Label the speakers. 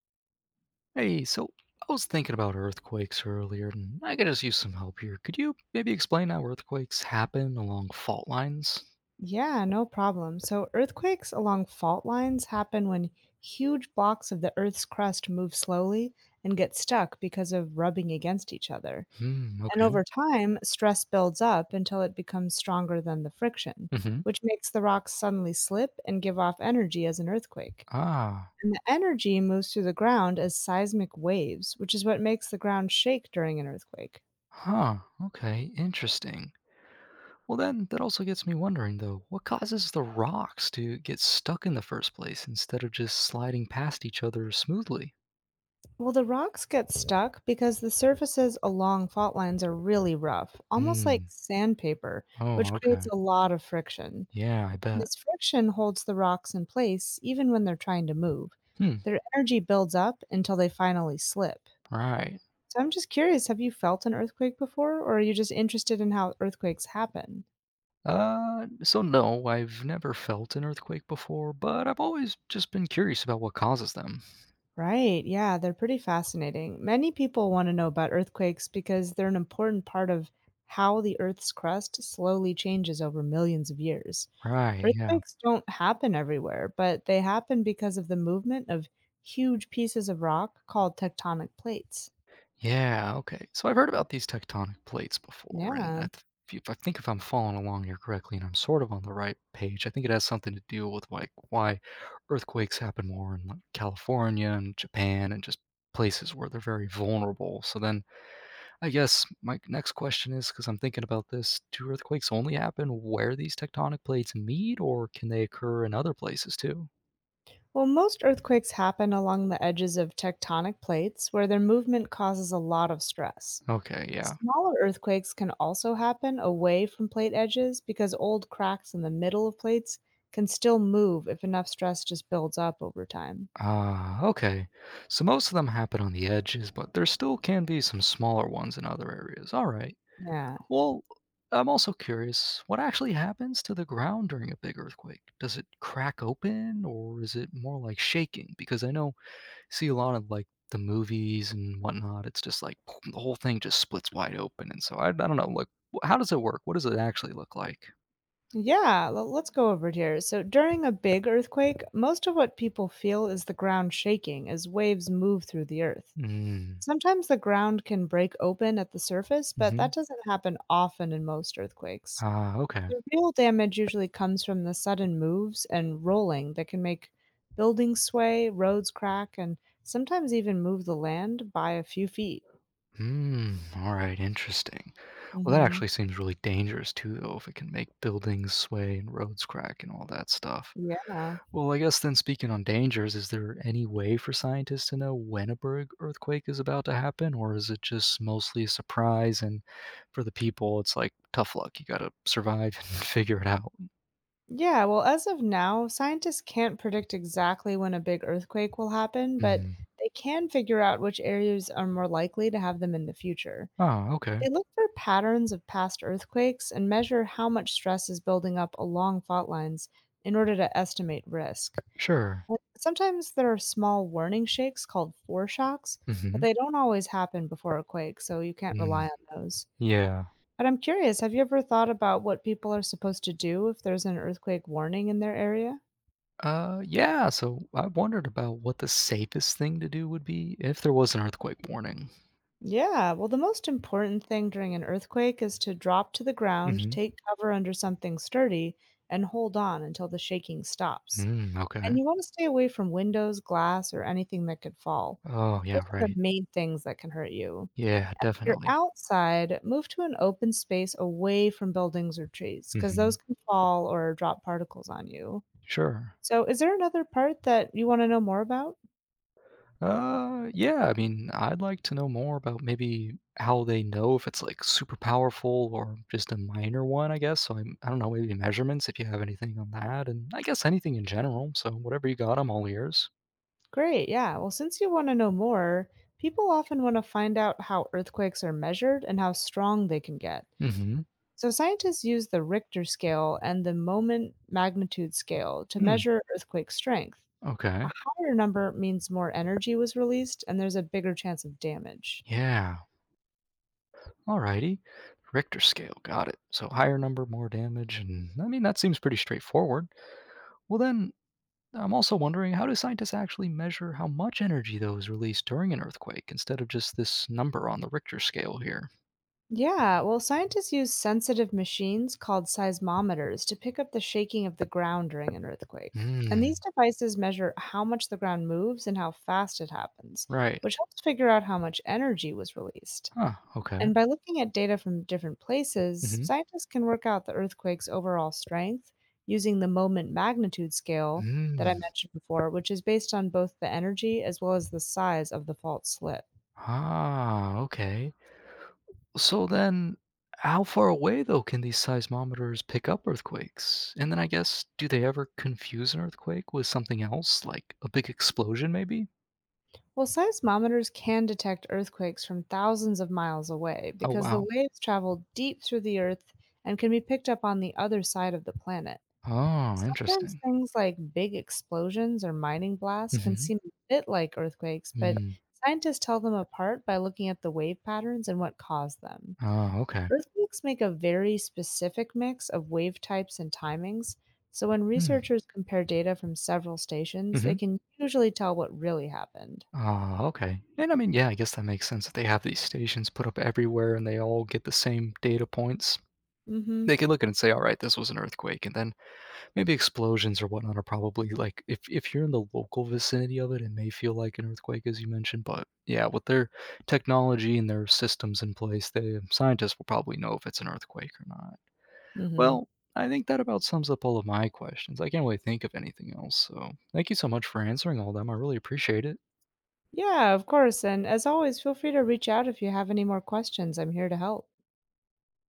Speaker 1: Hey, so I was thinking about earthquakes earlier, and I could just use some help here. Could you maybe explain how earthquakes happen along fault lines?
Speaker 2: Yeah, no problem. So, earthquakes along fault lines happen when huge blocks of the Earth's crust move slowly and get stuck because of rubbing against each other.
Speaker 1: Hmm,
Speaker 2: And
Speaker 1: okay.
Speaker 2: over time, stress builds up until it becomes stronger than the friction,
Speaker 1: Mm-hmm.
Speaker 2: which makes the rocks suddenly slip and give off energy as an earthquake.
Speaker 1: Ah,
Speaker 2: And the energy moves through the ground as seismic waves, which is what makes the ground shake during an earthquake.
Speaker 1: huh, okay, interesting. Well, then, that also gets me wondering, though, what causes the rocks to get stuck in the first place instead of just sliding past each other smoothly?
Speaker 2: Well, the rocks get stuck because the surfaces along fault lines are really rough, almost like
Speaker 1: Hmm,
Speaker 2: sandpaper,
Speaker 1: oh,
Speaker 2: which creates
Speaker 1: okay.
Speaker 2: a lot of friction.
Speaker 1: Yeah, I
Speaker 2: And
Speaker 1: bet.
Speaker 2: this friction holds the rocks in place even when they're trying to move.
Speaker 1: Hmm,
Speaker 2: Their energy builds up until they finally slip.
Speaker 1: right.
Speaker 2: So I'm just curious, have you felt an earthquake before, or are you just interested in how earthquakes happen?
Speaker 1: So no, I've never felt an earthquake before, but I've always just been curious about what causes them.
Speaker 2: Right. Yeah, they're pretty fascinating. Many people want to know about earthquakes because they're an important part of how the Earth's crust slowly changes over millions of years.
Speaker 1: Right, yeah.
Speaker 2: Earthquakes don't happen everywhere, but they happen because of the movement of huge pieces of rock called tectonic plates.
Speaker 1: Yeah, okay. So I've heard about these tectonic plates before, and
Speaker 2: Yeah.
Speaker 1: if, I think if I'm following along here correctly and I'm sort of on the right page, I think it has something to do with like why earthquakes happen more in like California and Japan and just places where they're very vulnerable. So then I guess my next question is because I'm thinking about this, do earthquakes only happen where these tectonic plates meet, or can they occur in other places too?
Speaker 2: Well, most earthquakes happen along the edges of tectonic plates where their movement causes a lot of stress.
Speaker 1: Okay, yeah.
Speaker 2: Smaller earthquakes can also happen away from plate edges because old cracks in the middle of plates can still move if enough stress just builds up over time.
Speaker 1: Ah, okay. So most of them happen on the edges, but there still can be some smaller ones in other areas. All right.
Speaker 2: Yeah.
Speaker 1: Well, I'm also curious, what actually happens to the ground during a big earthquake? Does it crack open, or is it more like shaking? Because I know, see a lot of, like, the movies and whatnot, it's just like the whole thing just splits wide open, and so I don't know, like, how does it work? What does it actually look like?
Speaker 2: Let's go over it here. So, during a big earthquake, most of what people feel is the ground shaking as waves move through the earth.
Speaker 1: Mm,
Speaker 2: Sometimes the ground can break open at the surface, but
Speaker 1: mhm.
Speaker 2: that doesn't happen often in most earthquakes.
Speaker 1: Ah, okay.
Speaker 2: The real damage usually comes from the sudden moves and rolling that can make buildings sway, roads crack, and sometimes even move the land by a few feet.
Speaker 1: Mm, alright, interesting. Well, that
Speaker 2: hmm
Speaker 1: actually seems really dangerous too, though, if it can make buildings sway and roads crack and all that stuff.
Speaker 2: Yeah.
Speaker 1: Well, I guess then, speaking on dangers, is there any way for scientists to know when a berg earthquake is about to happen, or is it just mostly a surprise? And for the people, it's like tough luck. You got to survive and figure it out.
Speaker 2: Yeah, well, as of now, scientists can't predict exactly when a big earthquake will happen, but
Speaker 1: Mm.
Speaker 2: they can figure out which areas are more likely to have them in the future.
Speaker 1: Oh, okay.
Speaker 2: They look for patterns of past earthquakes and measure how much stress is building up along fault lines in order to estimate risk.
Speaker 1: Sure.
Speaker 2: Sometimes there are small warning shakes called foreshocks, but
Speaker 1: Hmm.
Speaker 2: they don't always happen before a quake, so you can't rely
Speaker 1: Mm.
Speaker 2: on those.
Speaker 1: Yeah.
Speaker 2: But I'm curious, have you ever thought about what people are supposed to do if there's an earthquake warning in their area?
Speaker 1: Yeah. So I wondered about what the safest thing to do would be if there was an earthquake warning.
Speaker 2: Yeah, well, the most important thing during an earthquake is to drop to the ground,
Speaker 1: Hmm.
Speaker 2: take cover under something sturdy, and hold on until the shaking stops.
Speaker 1: Mm,
Speaker 2: And
Speaker 1: okay.
Speaker 2: you want to stay away from windows, glass, or anything that could fall.
Speaker 1: Oh,
Speaker 2: Those
Speaker 1: yeah,
Speaker 2: are the
Speaker 1: right.
Speaker 2: main things that can hurt you.
Speaker 1: Yeah,
Speaker 2: You're
Speaker 1: definitely.
Speaker 2: outside, move to an open space away from buildings or trees because those
Speaker 1: Hmm.
Speaker 2: can fall or drop particles on you.
Speaker 1: Sure.
Speaker 2: So, is there another part that you want to know more about?
Speaker 1: Yeah, I mean, I'd like to know more about maybe how they know if it's like super powerful or just a minor one, I guess. So I'm, I don't know, maybe measurements if you have anything on that, and I guess anything in general. So whatever you got, I'm all ears.
Speaker 2: Great. Yeah. Well, since you want to know more, people often want to find out how earthquakes are measured and how strong they can get.
Speaker 1: Mm-hmm.
Speaker 2: So, scientists use the Richter scale and the moment magnitude scale to
Speaker 1: Hmm.
Speaker 2: measure earthquake strength. A
Speaker 1: Okay.
Speaker 2: higher number means more energy was released and there's a bigger chance of damage.
Speaker 1: Yeah. Alrighty. Richter scale, got it. So higher number, more damage, and I mean that seems pretty straightforward. Well then, I'm also wondering, how do scientists actually measure how much energy though is released during an earthquake instead of just this number on the Richter scale here?
Speaker 2: Yeah, well, scientists use sensitive machines called seismometers to pick up the shaking of the ground during an earthquake. And these
Speaker 1: Hmm.
Speaker 2: devices measure how much the ground moves and how fast it happens,
Speaker 1: Right.
Speaker 2: which helps figure out how much energy was released.
Speaker 1: Huh. Okay.
Speaker 2: And by looking at data from different places,
Speaker 1: Mm-hmm.
Speaker 2: scientists can work out the earthquake's overall strength using the moment magnitude scale that I
Speaker 1: Mm.
Speaker 2: mentioned before, which is based on both the energy as well as the size of the fault slip.
Speaker 1: Ah. Okay. So then, how far away though can these seismometers pick up earthquakes? And then I guess, do they ever confuse an earthquake with something else, like a big explosion, maybe?
Speaker 2: Well, seismometers can detect earthquakes from thousands of miles away
Speaker 1: Oh
Speaker 2: because the
Speaker 1: wow.
Speaker 2: waves travel deep through the earth and can be picked up on the other side of the planet.
Speaker 1: Oh,
Speaker 2: Sometimes
Speaker 1: interesting.
Speaker 2: things like big explosions or mining blasts can
Speaker 1: Mm-hmm.
Speaker 2: seem a bit like earthquakes, but
Speaker 1: Mm.
Speaker 2: scientists tell them apart by looking at the wave patterns and what caused them.
Speaker 1: Oh, okay.
Speaker 2: Earthquakes make a very specific mix of wave types and timings, so when
Speaker 1: Mm.
Speaker 2: researchers compare data from several
Speaker 1: Hmm.
Speaker 2: stations, they
Speaker 1: Mm-hmm.
Speaker 2: can usually tell what really happened.
Speaker 1: Ah, okay. And I mean, yeah, I guess that makes sense. If they have these stations put up everywhere and they all get the same data points,
Speaker 2: Mm hmm.
Speaker 1: they can look at it and say, all right, this was an earthquake. And then maybe explosions or whatnot are probably like, if you're in the local vicinity of it, it may feel like an earthquake, as you mentioned. But yeah, with their technology and their systems in place, the scientists will probably know if it's an earthquake or not.
Speaker 2: Mhm.
Speaker 1: Well, I think that about sums up all of my questions. I can't really think of anything else. So thank you so much for answering all of them. I really appreciate it.
Speaker 2: Yeah, of course, and as always, feel free to reach out if you have any more questions. I'm here to help.